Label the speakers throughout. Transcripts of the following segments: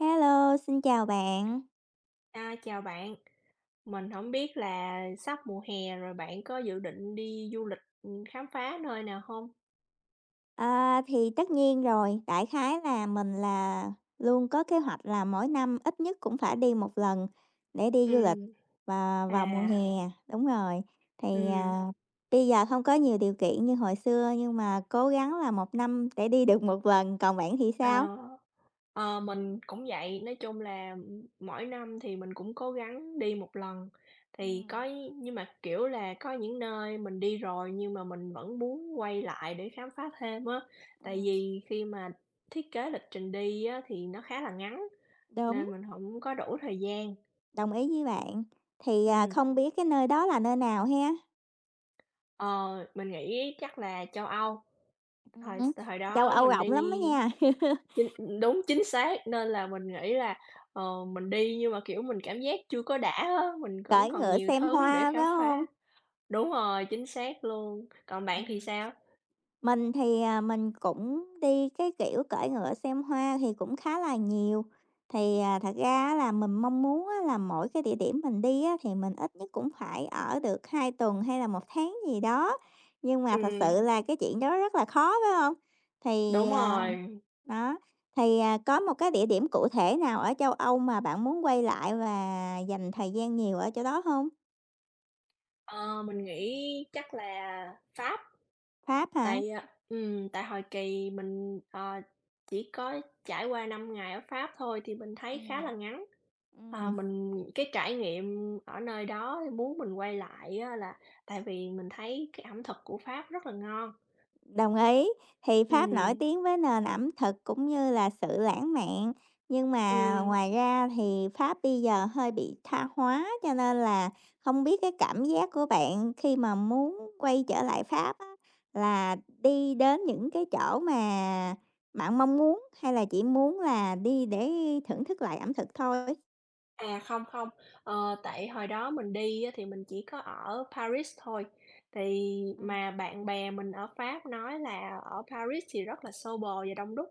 Speaker 1: Hello, xin chào bạn.
Speaker 2: À, chào bạn, mình không biết là sắp mùa hè rồi bạn có dự định đi du lịch, khám phá nơi nào không?
Speaker 1: Thì tất nhiên rồi, đại khái là mình luôn có kế hoạch là mỗi năm ít nhất cũng phải đi một lần để đi du lịch
Speaker 2: Ừm,
Speaker 1: và vào mùa
Speaker 2: à,
Speaker 1: hè, đúng rồi. Thì,
Speaker 2: ừm,
Speaker 1: à, Bây giờ không có nhiều điều kiện như hồi xưa nhưng mà cố gắng là một năm để đi được một lần, còn bạn thì sao?
Speaker 2: ờ, mình cũng vậy, nói chung là, mỗi năm thì mình cũng cố gắng đi một lần, thì
Speaker 1: Ừm,
Speaker 2: có nhưng mà, kiểu là, có những nơi mình đi rồi nhưng mà mình vẫn muốn quay lại để khám phá thêm á, tại
Speaker 1: ừm.
Speaker 2: vì khi mà thiết kế lịch trình đi á thì nó khá là ngắn
Speaker 1: Đúng,
Speaker 2: nên mình không có đủ thời gian.
Speaker 1: đồng ý với bạn.
Speaker 2: Ừm.
Speaker 1: Không biết cái nơi đó là nơi nào ha?
Speaker 2: Ờ, mình nghĩ chắc là châu Âu, thời
Speaker 1: Hứm,
Speaker 2: thời
Speaker 1: châu
Speaker 2: đó
Speaker 1: Âu
Speaker 2: mình
Speaker 1: rộng
Speaker 2: đi
Speaker 1: lắm đó nha.
Speaker 2: chính đúng, chính xác, nên là mình nghĩ là, ờ, mình đi nhưng mà, kiểu, mình cảm giác chưa có đã á, mình vẫn
Speaker 1: Cưỡi
Speaker 2: còn
Speaker 1: ngựa
Speaker 2: nhiều
Speaker 1: xem
Speaker 2: thứ để
Speaker 1: hoa, phải
Speaker 2: khám
Speaker 1: hông?
Speaker 2: phá. Đúng rồi, chính xác luôn. Còn bạn thì
Speaker 1: Ừm,
Speaker 2: sao?
Speaker 1: mình thì, mình cũng đi cái kiểu cưỡi ngựa xem hoa thì cũng khá là nhiều. Thật ra á là mình mong muốn á là mỗi cái địa điểm mình đi á thì mình ít nhất cũng phải ở được 2 tuần hay là một tháng gì đó, nhưng mà thật
Speaker 2: Ừm,
Speaker 1: sự là cái chuyện đó rất là khó, phải hông? Thì,
Speaker 2: đúng
Speaker 1: à
Speaker 2: rồi.
Speaker 1: đó, thì, à, Có một cái địa điểm cụ thể nào ở châu Âu mà bạn muốn quay lại và dành thời gian nhiều ở chỗ đó hông?
Speaker 2: Ờ, mình nghĩ chắc là Pháp,
Speaker 1: Pháp hả?
Speaker 2: tại, ờ, ừ, tại hồi kỳ mình, ờ, chỉ có trải qua 5 ngày ở Pháp thôi thì mình thấy khá là
Speaker 1: Ừm,
Speaker 2: ngắn. À,
Speaker 1: ừm.
Speaker 2: mình cái trải nghiệm ở nơi đó muốn mình quay lại á là tại vì mình thấy cái ẩm thực của Pháp rất là ngon.
Speaker 1: Đồng ý, thì Pháp nổi
Speaker 2: Ừm,
Speaker 1: tiếng với nền ẩm thực cũng như là sự lãng mạn, nhưng mà
Speaker 2: ừm.
Speaker 1: ngoài ra thì Pháp bây giờ hơi bị tha hóa, cho nên là không biết cái cảm giác của bạn khi mà muốn quay trở lại Pháp á, là đi đến những cái chỗ mà bạn mong muốn hay là chỉ muốn là đi để thưởng thức lại ẩm thực thôi?
Speaker 2: À, không, không, ờ, tại hồi đó mình đi á thì mình chỉ có ở Paris thôi, thì
Speaker 1: Ừm.
Speaker 2: mà bạn bè mình ở Pháp nói là ở Paris thì rất là xô bồ và đông đúc,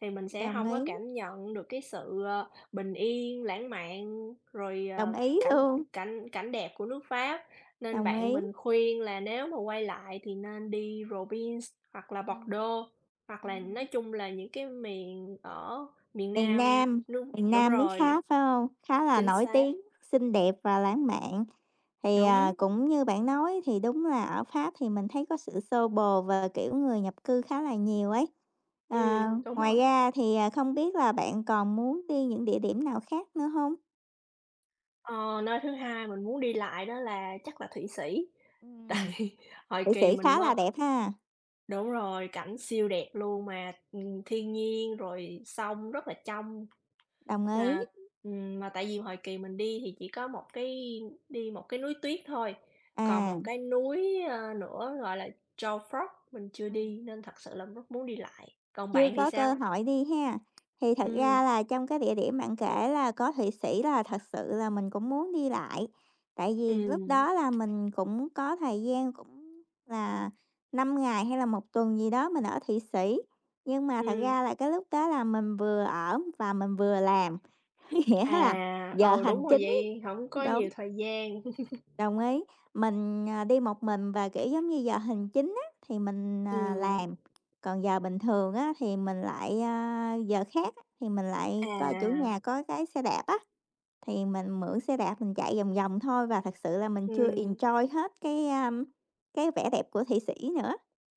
Speaker 2: thì mình sẽ
Speaker 1: Đồng
Speaker 2: không
Speaker 1: ý,
Speaker 2: có cảm nhận được cái sự, ờ, bình yên, lãng mạn, rồi,
Speaker 1: đồng
Speaker 2: ờ,
Speaker 1: ý
Speaker 2: cảnh
Speaker 1: luôn,
Speaker 2: cảnh cảnh đẹp của nước Pháp. Nên
Speaker 1: đồng
Speaker 2: bạn
Speaker 1: ý.
Speaker 2: mình khuyên là nếu mà quay lại thì nên đi Provence hoặc là
Speaker 1: Ừm,
Speaker 2: Bordeaux, hoặc là nói
Speaker 1: ừm.
Speaker 2: chung là những cái miền ở miền
Speaker 1: Miền
Speaker 2: Nam,
Speaker 1: Nam,
Speaker 2: đúng
Speaker 1: miền
Speaker 2: đúng
Speaker 1: Nam nước
Speaker 2: rồi,
Speaker 1: Pháp, phải hông? Khá là
Speaker 2: chính
Speaker 1: nổi
Speaker 2: xác.
Speaker 1: tiếng, xinh đẹp và lãng mạn.
Speaker 2: Đúng,
Speaker 1: Cũng như bạn nói thì đúng là ở Pháp thì mình thấy có sự xô bồ và, kiểu, người nhập cư khá là nhiều ấy. Ờ,
Speaker 2: đúng rồi.
Speaker 1: ngoài ra thì, không biết là bạn còn muốn đi những địa điểm nào khác nữa không.
Speaker 2: Ờ, nơi thứ hai mình muốn đi lại đó là chắc là Thụy Sĩ,
Speaker 1: Ừm,
Speaker 2: tại hồi
Speaker 1: Thụy
Speaker 2: kỳ
Speaker 1: Sĩ
Speaker 2: mình
Speaker 1: khá
Speaker 2: mới
Speaker 1: là đẹp ha,
Speaker 2: đúng rồi, cảnh siêu đẹp luôn mà, thiên nhiên rồi sông rất là trong,
Speaker 1: đồng ý.
Speaker 2: là mà tại vì hồi kỳ mình đi thì chỉ có một cái đi một cái núi tuyết thôi, còn
Speaker 1: À.
Speaker 2: một cái núi, ơ, nữa gọi là Joe Frog mình chưa đi nên thật sự là rất muốn đi lại. Còn
Speaker 1: Chưa
Speaker 2: bạn thì
Speaker 1: có
Speaker 2: sao?
Speaker 1: cơ hội đi ha. Thì thật
Speaker 2: Ừm,
Speaker 1: ra là trong cái địa điểm bạn kể là có Thụy Sĩ là thật sự là mình cũng muốn đi lại. Tại vì lúc
Speaker 2: ừm,
Speaker 1: đó là mình cũng có thời gian cũng là 5 ngày hay là một tuần gì đó mình ở Thụy Sĩ. Nhưng mà thật
Speaker 2: ừm.
Speaker 1: ra là cái lúc đó là mình vừa ở và mình vừa làm, nghĩa là
Speaker 2: À,
Speaker 1: giờ
Speaker 2: ờ đúng
Speaker 1: hành
Speaker 2: rồi
Speaker 1: chính.
Speaker 2: vậy, không có nhiều
Speaker 1: Đúng.
Speaker 2: thời gian.
Speaker 1: Đồng ý, mình, đi một mình và, kiểu, giống như, giờ hành chính á thì mình,
Speaker 2: Ừm,
Speaker 1: làm, còn giờ bình thường á thì mình lại, giờ khác á thì mình lại coi chủ
Speaker 2: à,
Speaker 1: nhà có cái xe đạp á, thì mình mượn xe đạp mình chạy vòng vòng thôi và thật sự là mình chưa
Speaker 2: ừm,
Speaker 1: enjoy hết cái, cái vẻ đẹp của Thụy Sĩ nữa.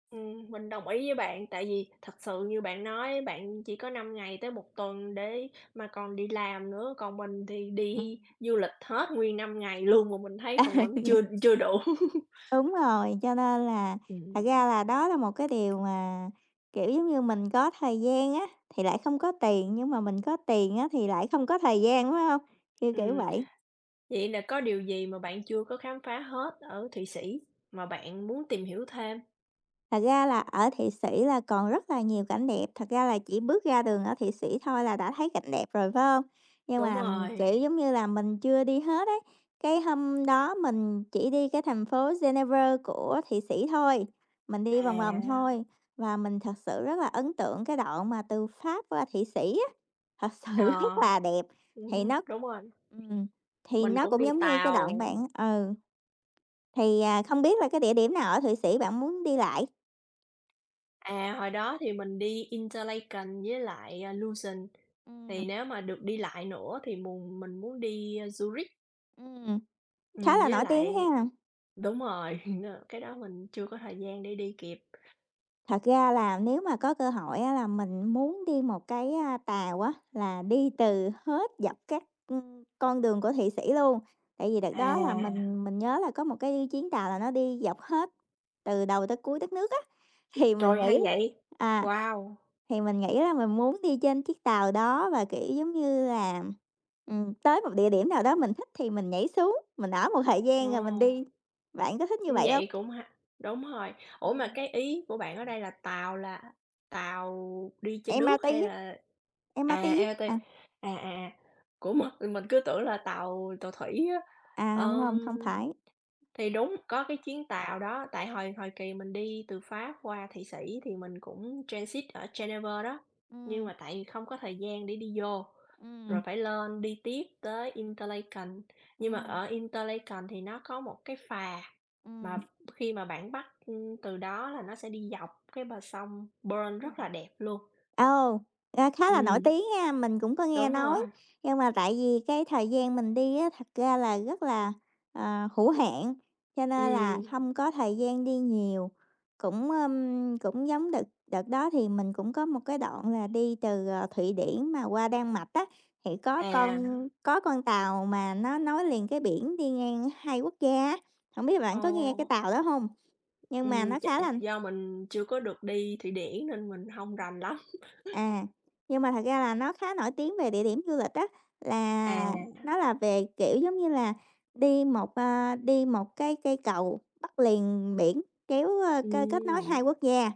Speaker 2: mình đồng ý với bạn, tại vì thật sự như bạn nói, bạn chỉ có 5 ngày tới một tuần để mà còn đi làm nữa, còn mình thì
Speaker 1: Ừm.
Speaker 2: đi du lịch hết nguyên 5 ngày luôn mà mình thấy còn vẫn chưa chưa đủ.
Speaker 1: Đúng rồi, cho nên là
Speaker 2: Ừm,
Speaker 1: thật ra là đó là một cái điều mà, kiểu, giống như mình có thời gian á, thì lại không có tiền, nhưng mà mình có tiền á, thì lại không có thời gian, phải không? Kiểu, kiểu
Speaker 2: ừm,
Speaker 1: vậy.
Speaker 2: vậy là có điều gì mà bạn chưa có khám phá hết ở Thụy Sĩ mà bạn muốn tìm hiểu thêm?
Speaker 1: Thật ra là ở Thụy Sĩ là còn rất là nhiều cảnh đẹp, thật ra là chỉ bước ra đường ở Thụy Sĩ thôi là đã thấy cảnh đẹp rồi, phải hông? Nhưng
Speaker 2: Đúng
Speaker 1: mà,
Speaker 2: rồi,
Speaker 1: kiểu, giống như là, mình chưa đi hết ấy, cái hôm đó mình chỉ đi cái thành phố Geneva của Thụy Sĩ thôi, mình đi vòng vòng
Speaker 2: à,
Speaker 1: thôi và mình thật sự rất là ấn tượng cái đoạn mà từ Pháp qua Thụy Sĩ á, thật
Speaker 2: ờ,
Speaker 1: sự rất là đẹp. Thì nó
Speaker 2: đúng rồi.
Speaker 1: ừm, thì
Speaker 2: Mình
Speaker 1: nó
Speaker 2: cũng
Speaker 1: cũng
Speaker 2: đi
Speaker 1: giống như cái đoạn
Speaker 2: tàu.
Speaker 1: bạn ừ, thì, không biết là cái địa điểm nào ở Thụy Sĩ bạn muốn đi lại?
Speaker 2: À, hồi đó thì mình đi Interlaken với lại, à, Luzern,
Speaker 1: Ừm.
Speaker 2: thì nếu mà được đi lại nữa thì mùng mình muốn đi, a, Zurich,
Speaker 1: Ừm, khá là
Speaker 2: với
Speaker 1: nổi tiếng
Speaker 2: lại
Speaker 1: ha.
Speaker 2: đúng rồi, cái đó mình chưa có thời gian để đi kịp.
Speaker 1: Thật ra là nếu mà có cơ hội á là mình muốn đi một cái, tàu á, là đi từ hết dọc các, con đường của Thụy Sĩ luôn. Tại vì đợt đó là À.
Speaker 2: À,
Speaker 1: mình nhớ là có một cái chuyến tàu là nó đi dọc hết từ đầu tới cuối đất nước á, thì mình
Speaker 2: trời, hay
Speaker 1: nghĩ
Speaker 2: vậy!
Speaker 1: à,
Speaker 2: Wow!
Speaker 1: thì mình nghĩ là mình muốn đi trên chiếc tàu đó và, kiểu, giống như là, tới một địa điểm nào đó mình thích thì mình nhảy xuống, mình ở một thời
Speaker 2: Ờ,
Speaker 1: gian rồi mình đi. Bạn có thích như vậy hông?
Speaker 2: vậy cũng ha đúng rồi. Ủa, mà
Speaker 1: Ừm,
Speaker 2: cái ý của bạn ở đây là tàu đi trên nước
Speaker 1: MRT
Speaker 2: hay
Speaker 1: á.
Speaker 2: là?
Speaker 1: Em ma tí
Speaker 2: À, LRT.
Speaker 1: à?
Speaker 2: À, à, à. Của mình cứ tưởng là tàu tàu thủy á.
Speaker 1: À, không không không
Speaker 2: Ờm,
Speaker 1: phải.
Speaker 2: thì đúng, có cái chuyến tàu đó, tại hồi hồi kỳ mình đi từ Pháp qua Thụy Sĩ thì mình cũng transit ở Geneva đó, nhưng
Speaker 1: Ừm,
Speaker 2: mà tại vì không có thời gian để đi vô, rồi
Speaker 1: ừm,
Speaker 2: phải lên đi tiếp tới Interlaken. Nhưng mà
Speaker 1: ừm,
Speaker 2: ở Interlaken thì nó có một cái phà
Speaker 1: ừm.
Speaker 2: mà khi mà bạn bắt, ưm, từ đó là nó sẽ đi dọc cái bờ sông Bourne rất là đẹp luôn.
Speaker 1: Ồ, ra khá là nổi
Speaker 2: Ừm,
Speaker 1: tiếng nha, mình cũng có nghe
Speaker 2: đúng
Speaker 1: nói.
Speaker 2: rồi.
Speaker 1: Nhưng mà tại vì cái thời gian mình đi á, thật ra là rất là, hữu hạn, cho nên là
Speaker 2: Ừm.
Speaker 1: không có thời gian đi nhiều. Cũng, cũng giống đợt đợt đó thì mình cũng có một cái đoạn là đi từ, Thụy Điển mà qua Đan Mạch á, thì có
Speaker 2: À,
Speaker 1: con có con tàu mà nó nối liền cái biển đi ngang 2 quốc gia á, hổng biết bạn có nghe cái
Speaker 2: ồ,
Speaker 1: tàu đó không? Nhưng mà nó
Speaker 2: ch
Speaker 1: khá là
Speaker 2: do mình chưa có được đi Thụy Điển nên mình không rành lắm.
Speaker 1: À, nhưng mà thật ra là nó khá nổi tiếng về địa điểm du lịch á, là Ờ.
Speaker 2: À,
Speaker 1: nó là về, kiểu, giống như là, đi một cái cây cầu bắc liền biển kéo, ơ, cơ kết nối
Speaker 2: ừm,
Speaker 1: hai quốc gia.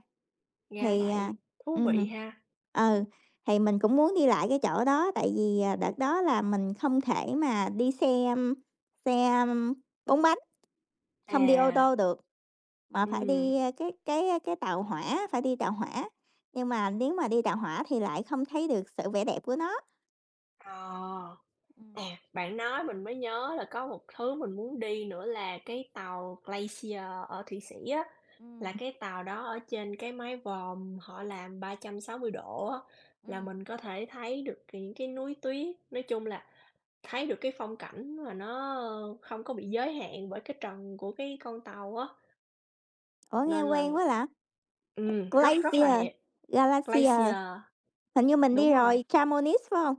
Speaker 2: ra
Speaker 1: Thì, à
Speaker 2: vậy, thú vị
Speaker 1: ừm,
Speaker 2: ha.
Speaker 1: ừ, thì mình cũng muốn đi lại cái chỗ đó, tại vì, đợt đó là mình không thể mà đi xe xe 4 bánh, không đi ô
Speaker 2: À,
Speaker 1: tô được. Mà phải
Speaker 2: ừm,
Speaker 1: đi, cái tàu hỏa, phải đi tàu hỏa, nhưng mà nếu mà đi tàu hỏa thì lại không thấy được sự vẻ đẹp của nó.
Speaker 2: ờ, à,
Speaker 1: Ừm,
Speaker 2: bạn nói mình mới nhớ là có một thứ mình muốn đi nữa là cái tàu Glacier ở Thụy Sĩ á, là
Speaker 1: ừm,
Speaker 2: cái tàu đó ở trên cái mái vòm họ làm 360° á, là
Speaker 1: ừm.
Speaker 2: mình có thể thấy được những cái núi tuyết, nói chung là thấy được cái phong cảnh mà nó không có bị giới hạn bởi cái trần của cái con tàu á,
Speaker 1: Ủa, nghe
Speaker 2: nên là
Speaker 1: quen quá lạ,
Speaker 2: rất rất là
Speaker 1: Glacier,
Speaker 2: đẹp. Glacier,
Speaker 1: Galaxia, hình như mình
Speaker 2: đúng
Speaker 1: đi
Speaker 2: rồi.
Speaker 1: rồi, Chamonix, phải không?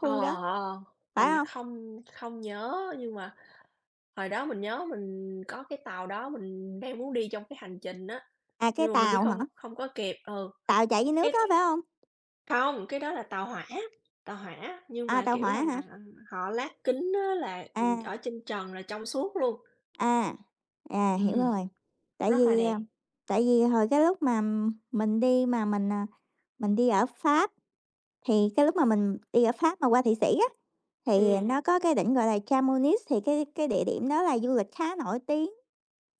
Speaker 2: Ờ,
Speaker 1: đó,
Speaker 2: ờ, ờ,
Speaker 1: phải
Speaker 2: mình
Speaker 1: không?
Speaker 2: không không nhớ nhưng mà hồi đó mình nhớ mình có cái tàu đó mình đang muốn đi trong cái hành trình á,
Speaker 1: À, cái
Speaker 2: nhưng mà mình đi
Speaker 1: tàu hả?
Speaker 2: không không có kịp. Ừ,
Speaker 1: Tàu chạy dưới
Speaker 2: cái
Speaker 1: nước đó phải không?
Speaker 2: không, cái đó là tàu hỏa, nhưng
Speaker 1: À,
Speaker 2: mà,
Speaker 1: tàu
Speaker 2: kiểu
Speaker 1: hỏa
Speaker 2: là,
Speaker 1: hả?
Speaker 2: họ lát kính á là,
Speaker 1: À,
Speaker 2: ở trên trần là trong suốt luôn.
Speaker 1: à, à, hiểu
Speaker 2: Ừm,
Speaker 1: rồi. Tại
Speaker 2: rất là
Speaker 1: vì,
Speaker 2: đẹp.
Speaker 1: tại vì hồi cái lúc mà mình đi mà mình, mình đi ở Pháp. Thì cái lúc mà mình đi ở Pháp mà qua Thụy Sĩ á, thì
Speaker 2: Ừm.
Speaker 1: nó có cái đỉnh gọi là Chamonix, thì cái địa điểm đó là du lịch khá nổi tiếng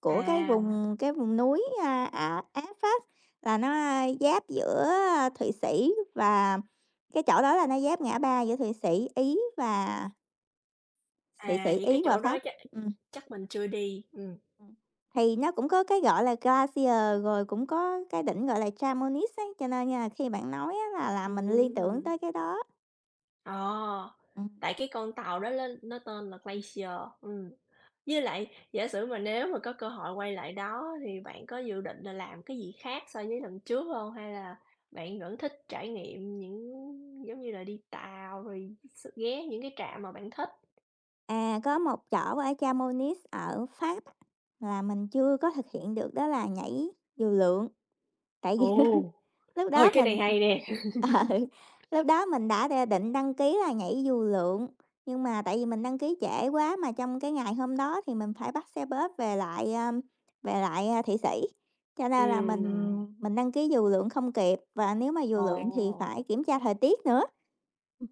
Speaker 1: của cái
Speaker 2: À,
Speaker 1: vùng cái vùng núi, a, Á Á Pháp, là nó, giáp giữa, Thụy Sĩ và cái chỗ đó là nó giáp ngã ba giữa Thụy
Speaker 2: à,
Speaker 1: Sĩ,
Speaker 2: vậy cái
Speaker 1: Ý và
Speaker 2: chỗ đó
Speaker 1: Pháp.
Speaker 2: chắc
Speaker 1: Ừm,
Speaker 2: chắc mình chưa đi, ừ,
Speaker 1: ừm. Thì nó cũng có cái gọi là glacier, rồi cũng có cái đỉnh gọi là Chamonix ấy, cho nên nha, khi bạn nói á là làm mình liên tưởng
Speaker 2: ừm,
Speaker 1: tới cái đó.
Speaker 2: ờ,
Speaker 1: Ừ.
Speaker 2: tại cái con tàu đó ló nó tên là Glacier, ừ. Với lại giả sử mà nếu mà có cơ hội quay lại đó thì bạn có dự định là làm cái gì khác so với lần trước không? Hay là bạn vẫn thích trải nghiệm những giống như là, đi tàu rồi s ghé những cái trạm mà bạn thích?
Speaker 1: À, có một chỗ ở Chamonix ở Pháp á, là mình chưa có thực hiện được đó là nhảy dù lượn, tại vì
Speaker 2: Ồ,
Speaker 1: lúc
Speaker 2: ơi,
Speaker 1: đó
Speaker 2: cái này
Speaker 1: mình
Speaker 2: hay nè!
Speaker 1: ừ, lúc đó mình đã đ định đăng ký là nhảy dù lượn, nhưng mà tại vì mình đăng ký trễ quá mà trong cái ngày hôm đó thì mình phải bắt xe bus về lại, về lại, Thụy Sĩ, cho nên là Ừ. mình
Speaker 2: Ừ,
Speaker 1: mình đăng ký dù lượn không kịp và nếu mà dù
Speaker 2: ồ,
Speaker 1: lượn thì phải kiểm tra thời tiết nữa.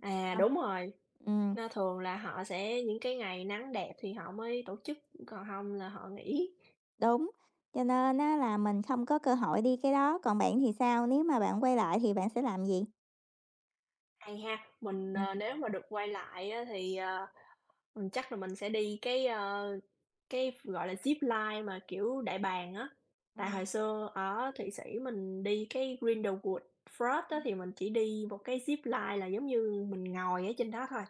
Speaker 2: à,
Speaker 1: Ừm.
Speaker 2: đúng rồi.
Speaker 1: Ừm.
Speaker 2: Nó thường là họ sẽ những cái ngày nắng đẹp thì họ mới tổ chức, còn hông là họ nghỉ.
Speaker 1: Đúng, cho nên á là mình không có cơ hội đi cái đó, còn bạn thì sao? Nếu mà bạn quay lại thì bạn sẽ làm gì?
Speaker 2: Hay ha, mình, ờ,
Speaker 1: Ừm.
Speaker 2: nếu mà được quay lại á thì, ờ, chắc là mình sẽ đi cái, ờ, cái, gọi là, zipline mà kiểu đại bàng á. Tại hồi
Speaker 1: Ừm,
Speaker 2: xưa ở Thụy Sĩ mình đi cái Grindelwald Forest á thì mình chỉ đi một cái zipline là giống như mình ngồi ở trên đó thôi,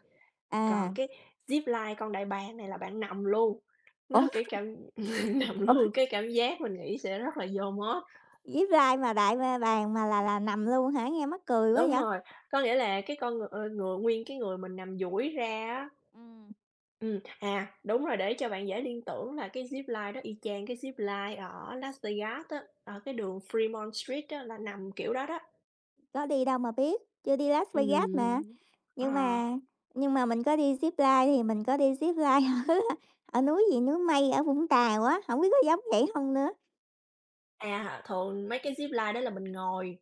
Speaker 1: À,
Speaker 2: còn cái zipline con đại bàng này là bạn nằm luôn,
Speaker 1: ủa,
Speaker 2: nó, kiểu, cảm nằm
Speaker 1: ủa,
Speaker 2: luôn, cái cảm giác mình nghĩ sẽ rất là vô mốt.
Speaker 1: zip line mà đại ma bàn mà là nằm luôn hả? Nghe mắc cười quá
Speaker 2: Đúng
Speaker 1: vậy.
Speaker 2: rồi, có nghĩa là cái con ngựa ngựa nguyên cái người mình nằm duỗi ra á.
Speaker 1: Ừm.
Speaker 2: À, đúng rồi, để cho bạn dễ liên tưởng là cái zip line đó y chang cái zip line ở Las Vegas á, ở cái đường Fremont Street á, là nằm kiểu đó đó.
Speaker 1: Có đi đâu mà biết, chưa đi Las Vegas mà,
Speaker 2: Ừm,
Speaker 1: nhưng
Speaker 2: ờ,
Speaker 1: mà nhưng mà mình có đi zip line thì mình có đi zip line ở ở núi gì, núi Mây ở Vũng Tàu á, không biết có giống vậy không nữa?
Speaker 2: à, thường mấy cái zip line đó là mình ngồi,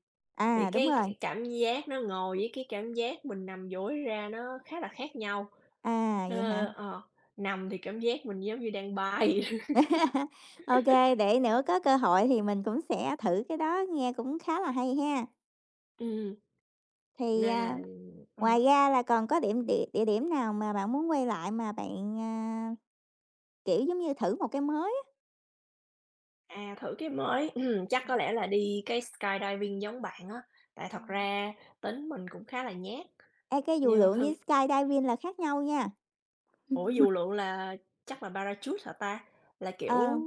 Speaker 2: thì
Speaker 1: À, đúng
Speaker 2: cái
Speaker 1: rồi,
Speaker 2: cái cảm giác nó ngồi với cái cảm giác mình nằm duỗi ra nó khá là khác nhau.
Speaker 1: à, vậy
Speaker 2: Ơ,
Speaker 1: hả?
Speaker 2: ờ, nằm thì cảm giác mình giống như đang bay.
Speaker 1: OK, để nữa có cơ hội thì mình cũng sẽ thử cái đó, nghe cũng khá là hay ha.
Speaker 2: Ừm,
Speaker 1: Thì, à,
Speaker 2: nên là
Speaker 1: À.
Speaker 2: ừm.
Speaker 1: Ngoài ra là còn có điểm địa địa điểm nào mà bạn muốn quay lại mà bạn, kiểu, giống như thử một cái mới á?
Speaker 2: À, thử cái mới, chắc có
Speaker 1: Ừm,
Speaker 2: lẽ là đi cái skydiving giống bạn á, tại thật
Speaker 1: ừm.
Speaker 2: ra tính mình cũng khá là nhát,
Speaker 1: Ê, cái dù
Speaker 2: nhưng
Speaker 1: lượn với skydiving là khác nhau nha.
Speaker 2: ủa, dù lượn là chắc là parachute hả ta? Là,
Speaker 1: Ờ,
Speaker 2: kiểu,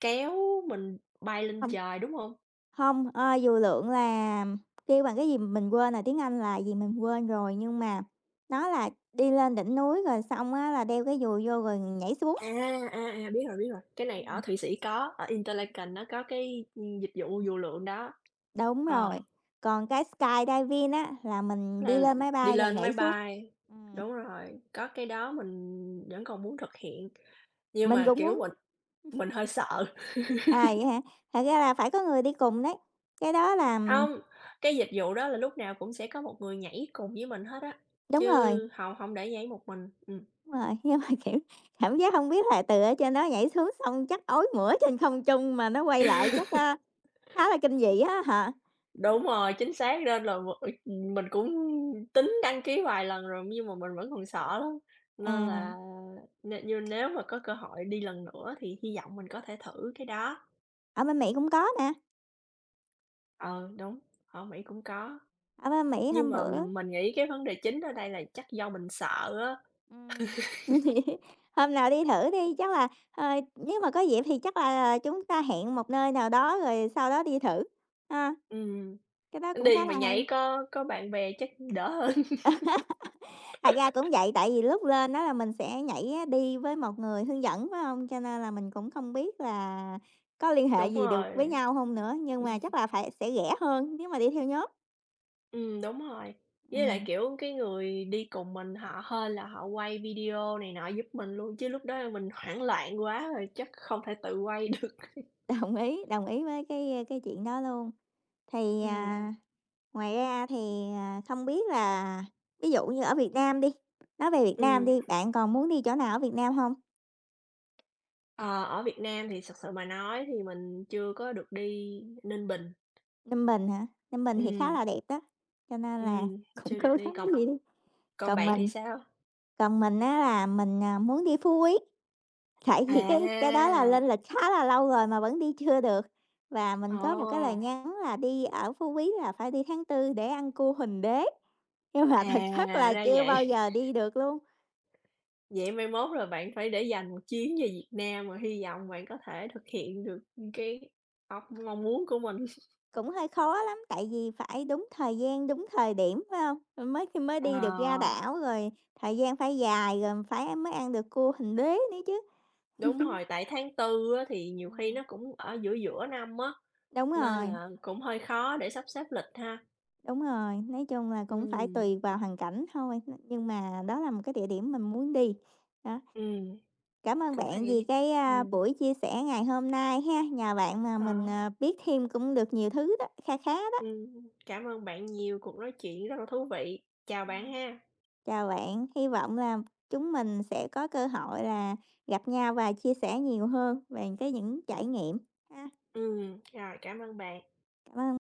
Speaker 2: kéo mình bay lên
Speaker 1: không.
Speaker 2: trời, đúng không?
Speaker 1: Hông, dù lượn là kêu bằng cái gì mình quên rồi, tiếng Anh là gì mình quên rồi, nhưng mà nó là đi lên đỉnh núi rồi xong á là đeo cái dù vô rồi nhảy xuống.
Speaker 2: À, à, à, biết rồi, cái này ở Thụy Sĩ có, ở Interlaken nó có cái, dịch vụ dù lượn đó.
Speaker 1: Đúng rồi,
Speaker 2: Ờ,
Speaker 1: còn cái skydiving á là mình đi
Speaker 2: là
Speaker 1: lên máy
Speaker 2: đi
Speaker 1: bay rồi
Speaker 2: lên
Speaker 1: nhảy
Speaker 2: máy
Speaker 1: xuống.
Speaker 2: bay
Speaker 1: Ừm,
Speaker 2: đúng rồi, có cái đó mình vẫn còn muốn thực hiện, nhưng
Speaker 1: mình
Speaker 2: mà,
Speaker 1: cũng
Speaker 2: kiểu,
Speaker 1: muốn
Speaker 2: mình hơi sợ.
Speaker 1: à, vậy hả? Thật ra là phải có người đi cùng đấy, cái đó là
Speaker 2: Không, cái dịch vụ đó là lúc nào cũng sẽ có một người nhảy cùng với mình hết á,
Speaker 1: đúng rồi,
Speaker 2: chứ hông hông để nhảy một mình.
Speaker 1: đúng rồi, nhưng mà, kiểu, cảm giác không biết là từ ở trên đó nhảy xuống xong chắc ói mửa trên không trung mà nó quay lại chút, khá là kinh dị á hả?
Speaker 2: Đúng rồi, chính xác nên là mình cũng tính đăng ký vài lần rồi nhưng mà mình vẫn còn sợ lắm, nên
Speaker 1: À,
Speaker 2: là nên như nếu mà có cơ hội đi lần nữa thì hy vọng mình có thể thử cái đó.
Speaker 1: ở bên Mỹ cũng có nè,
Speaker 2: Ờ, đúng, ở Mỹ cũng có,
Speaker 1: ở bên Mỹ
Speaker 2: nhưng
Speaker 1: hôm
Speaker 2: mà
Speaker 1: bữa.
Speaker 2: mình nghĩ cái vấn đề chính ở đây là chắc do mình sợ á.
Speaker 1: Ừm. Hôm nào đi thử đi, chắc là, nếu mà có dịp thì chắc là chúng ta hẹn một nơi nào đó rồi sau đó đi thử, ha.
Speaker 2: Ừm,
Speaker 1: Cái đó cũng
Speaker 2: đi
Speaker 1: khá
Speaker 2: mà
Speaker 1: là hay.
Speaker 2: nhảy có bạn bè chắc đỡ hơn.
Speaker 1: Thật ra cũng vậy, tại vì lúc lên á là mình sẽ nhảy á đi với một người hướng dẫn, phải không? Cho nên là mình cũng không biết là có liên hệ
Speaker 2: Đúng
Speaker 1: gì được với
Speaker 2: rồi.
Speaker 1: nhau không nữa, nhưng mà chắc là phải sẽ rẻ hơn nếu mà đi theo nhóm.
Speaker 2: Đúng rồi. Với lại,
Speaker 1: Ừm,
Speaker 2: kiểu, cái người đi cùng mình họ hơn là họ quay video này nọ giúp mình luôn, chứ lúc đó mình hoảng loạn quá rồi chắc không thể tự quay được.
Speaker 1: đồng ý với cái chuyện đó luôn. Thì,
Speaker 2: Ừm,
Speaker 1: à Ngoài ra thì, không biết là ví dụ như ở Việt Nam đi, nói về Việt Nam
Speaker 2: Ừm,
Speaker 1: đi, bạn còn muốn đi chỗ nào ở Việt Nam không?
Speaker 2: ờ, ở Việt Nam thì thật sự mà nói thì mình chưa có được đi Ninh Bình.
Speaker 1: Ninh Bình hả? Ninh Bình thì khá
Speaker 2: Ừm,
Speaker 1: là đẹp đó, cho nên là
Speaker 2: ừm,
Speaker 1: cũng
Speaker 2: chưa được
Speaker 1: cố
Speaker 2: đi,
Speaker 1: gắng
Speaker 2: còn
Speaker 1: đi. Đi.
Speaker 2: còn
Speaker 1: Còn
Speaker 2: bạn thì
Speaker 1: mình
Speaker 2: sao?
Speaker 1: còn mình á là mình, muốn đi Phú Quý, tại vì cái đó là
Speaker 2: À,
Speaker 1: lên lịch khá là lâu rồi mà vẫn đi chưa được, và mình
Speaker 2: ồ,
Speaker 1: có một cái lời nhắn là đi ở Phú Quý là phải đi tháng tư để ăn cua Huỳnh Đế, nhưng mà thật chất
Speaker 2: à,
Speaker 1: là
Speaker 2: ra
Speaker 1: chưa bao
Speaker 2: vậy.
Speaker 1: giờ đi được luôn.
Speaker 2: Vậy mai mốt là bạn phải để dành một chuyến về Việt Nam rồi hy vọng bạn có thể thực hiện được cái óc mong muốn của mình.
Speaker 1: Cũng hơi khó lắm, tại vì phải đúng thời gian, đúng thời điểm, phải không? Rồi mới khi mới đi được ra
Speaker 2: Ờ,
Speaker 1: đảo, rồi thời gian phải dài, rồi phải mới ăn được cua hình đế nữa chứ.
Speaker 2: đúng rồi, tại tháng Tư á thì nhiều khi
Speaker 1: Ừm.
Speaker 2: nó cũng ở giữa giữa năm á,
Speaker 1: Đúng
Speaker 2: nên
Speaker 1: rồi,
Speaker 2: là cũng hơi khó để sắp xếp lịch ha.
Speaker 1: đúng rồi, nói chung là cũng phải
Speaker 2: Ừm,
Speaker 1: tùy vào hoàn cảnh thôi, nhưng mà đó là một cái địa điểm mình muốn đi. Đó,
Speaker 2: ừm,
Speaker 1: cảm ơn
Speaker 2: cũng
Speaker 1: bạn
Speaker 2: hay.
Speaker 1: vì cái,
Speaker 2: Ừm,
Speaker 1: buổi chia sẻ ngày hôm nay ha, nhờ bạn mà
Speaker 2: ờ,
Speaker 1: mình, biết thêm cũng được nhiều thứ đó, kha khá đó.
Speaker 2: cảm ơn bạn nhiều, cuộc nói chuyện rất là thú vị. Chào bạn
Speaker 1: Ừm.
Speaker 2: ha.
Speaker 1: Chào bạn, hy vọng là chúng mình sẽ có cơ hội là gặp nhau và chia sẻ nhiều hơn về cái những trải nghiệm ha.
Speaker 2: Rồi, cảm ơn bạn.
Speaker 1: Cảm ơn